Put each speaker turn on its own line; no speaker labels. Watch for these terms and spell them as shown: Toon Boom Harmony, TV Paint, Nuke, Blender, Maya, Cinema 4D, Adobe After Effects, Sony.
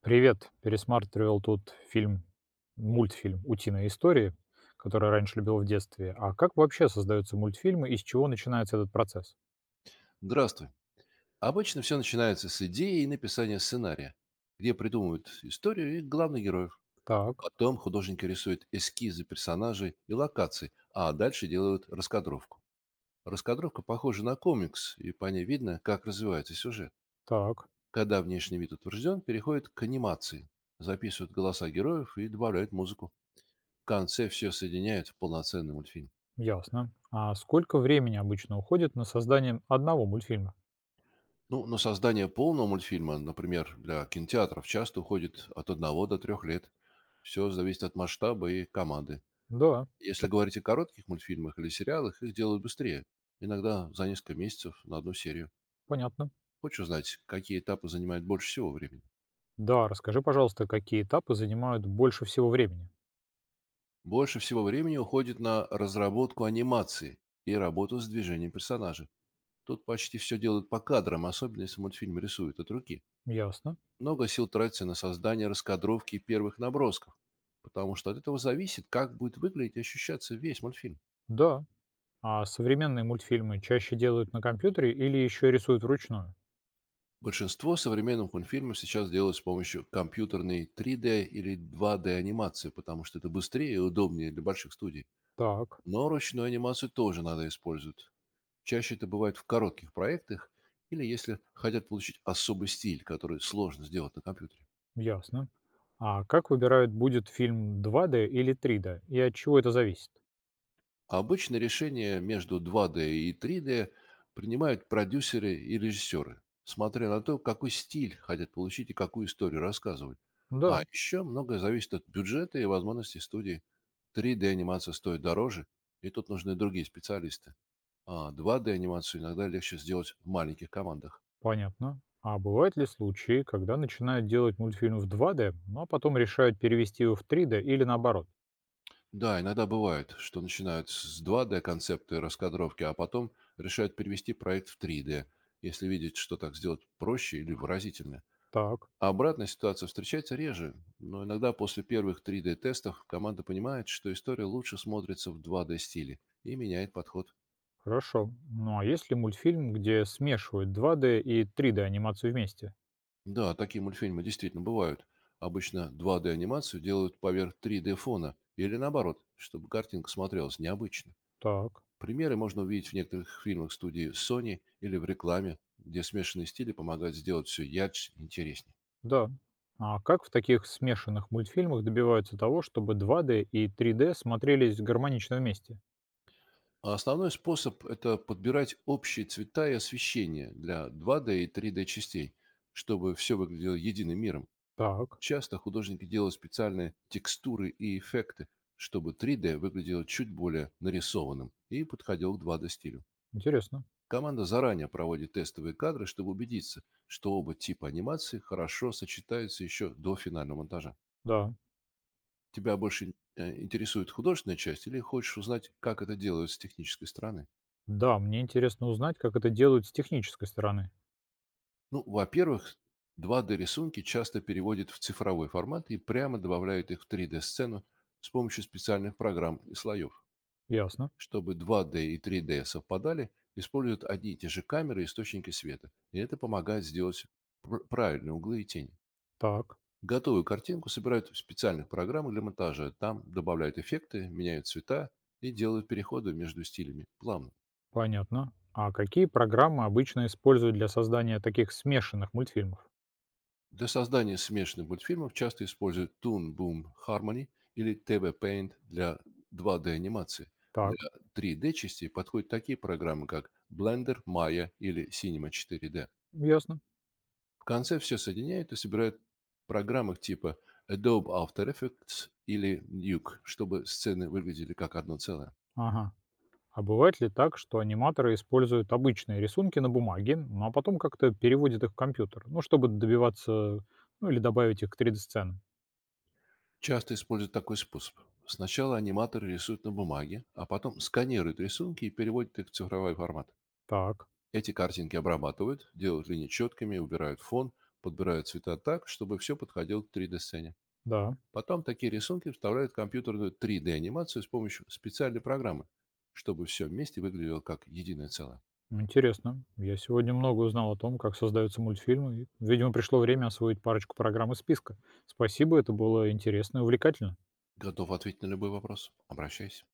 Привет. Пересматривал тут фильм, мультфильм "Утиные истории", который раньше любил в детстве. А как вообще создаются мультфильмы и с чего начинается этот процесс?
Здравствуй. Обычно все начинается с идеи и написания сценария, где придумывают историю и главных героев.
Так,
Потом художники рисуют эскизы персонажей и локаций, а дальше делают раскадровку. Раскадровка похожа на комикс, и по ней видно, как развивается сюжет.
так,
Когда внешний вид утвержден, переходит к анимации. Записывают голоса героев и добавляют музыку. В конце все соединяют в полноценный мультфильм.
ясно. А сколько времени обычно уходит на создание одного мультфильма?
Ну, на создание полного мультфильма, например, для кинотеатров, часто уходит от одного до трех лет. Все зависит от масштаба и команды.
Да,
Если говорить о коротких мультфильмах или сериалах, их делают быстрее. Иногда за несколько месяцев на одну серию.
понятно.
Хочешь узнать, какие этапы занимают больше всего времени?
Да, расскажи, пожалуйста, какие этапы занимают больше всего времени?
Больше всего времени уходит на разработку анимации и работу с движением персонажа. Тут почти все делают по кадрам, особенно если мультфильм рисуют от руки.
Ясно.
Много сил тратится на создание раскадровки первых набросков, потому что от этого зависит, как будет выглядеть и ощущаться весь мультфильм.
Да. А современные мультфильмы чаще делают на компьютере или еще рисуют вручную?
Большинство современных мультфильмов сейчас делают с помощью компьютерной 3D или 2D анимации, потому что это быстрее и удобнее для больших студий.
Так.
Но ручную анимацию тоже надо использовать. Чаще это бывает в коротких проектах или если хотят получить особый стиль, который сложно сделать на компьютере.
Ясно. А как выбирают, будет фильм два d или три d и от чего это зависит?
Обычно решения между два d и три d принимают продюсеры и режиссеры, смотря на то, какой стиль хотят получить и какую историю рассказывать. А
Да,
еще многое зависит от бюджета и возможностей студии. Три d анимация стоит дороже, и тут нужны другие специалисты. А два d анимацию иногда легче сделать в маленьких командах.
понятно. А бывают ли случаи, когда начинают делать мультфильм в два d, а потом решают перевести его в три d или наоборот?
Да, иногда бывает, что начинают с 2D-концепта и раскадровки, а потом решают перевести проект в три d, если видят, что так сделать проще или выразительнее.
Так,
А обратная ситуация встречается реже, но иногда после первых 3D-тестов команда понимает, что история лучше смотрится в два-дэ стиле и меняет подход.
хорошо. Ну а есть ли мультфильм, где смешивают два d и три d анимацию вместе?
Да, такие мультфильмы действительно бывают. Обычно два-дэ анимацию делают поверх 3D-фона или наоборот, чтобы картинка смотрелась необычно.
Так,
Примеры можно увидеть в некоторых фильмах студии Sony или в рекламе, где смешанные стили помогают сделать все ярче и интереснее.
да. А как в таких смешанных мультфильмах добиваются того, чтобы два d и три d смотрелись гармонично вместе?
Основной способ – это подбирать общие цвета и освещение для 2D и 3D частей, чтобы все выглядело единым миром.
Так,
Часто художники делают специальные текстуры и эффекты, чтобы 3D выглядело чуть более нарисованным и подходил к 2D стилю.
интересно.
Команда заранее проводит тестовые кадры, чтобы убедиться, что оба типа анимации хорошо сочетаются еще до финального монтажа.
Да.
Тебя больше интересует художественная часть или хочешь узнать, как это делают с технической стороны?
Да, мне интересно узнать, как это делают с технической стороны.
Ну, во-первых, 2D-рисунки часто переводят в цифровой формат и прямо добавляют их в 3D-сцену с помощью специальных программ и слоев.
Ясно.
Чтобы 2D и 3D совпадали, используют одни и те же камеры и источники света. И это помогает сделать правильные углы и тени.
Так,
Готовую картинку собирают в специальных программах для монтажа. Там добавляют эффекты, меняют цвета и делают переходы между стилями плавно.
понятно. А какие программы обычно используют для создания таких смешанных мультфильмов?
Для создания смешанных мультфильмов часто используют Toon Boom Harmony или TV Paint для 2D-анимации. Для
Так,
3D-частей подходят такие программы, как Blender, Maya или Cinema 4D.
ясно.
В конце все соединяют и собирают в программах типа Adobe After Effects или Nuke, чтобы сцены выглядели как одно целое.
Ага. А бывает ли так, что аниматоры используют обычные рисунки на бумаге, ну а потом как-то переводят их в компьютер, ну, чтобы добиваться, ну, или добавить их к 3D-сценам?
Часто используют такой способ. Сначала аниматоры рисуют на бумаге, а потом сканируют рисунки и переводят их в цифровой формат.
Так,
Эти картинки обрабатывают, делают линии четкими, убирают фон, подбирают цвета так, чтобы все подходило к 3D-сцене.
да.
Потом такие рисунки вставляют в компьютерную 3D-анимацию с помощью специальной программы, чтобы все вместе выглядело как единое целое.
Интересно. Я сегодня много узнал о том, как создаются мультфильмы. И, видимо, пришло время освоить парочку программ из списка. Спасибо, это было интересно и увлекательно.
Готов ответить на любой вопрос? Обращайся.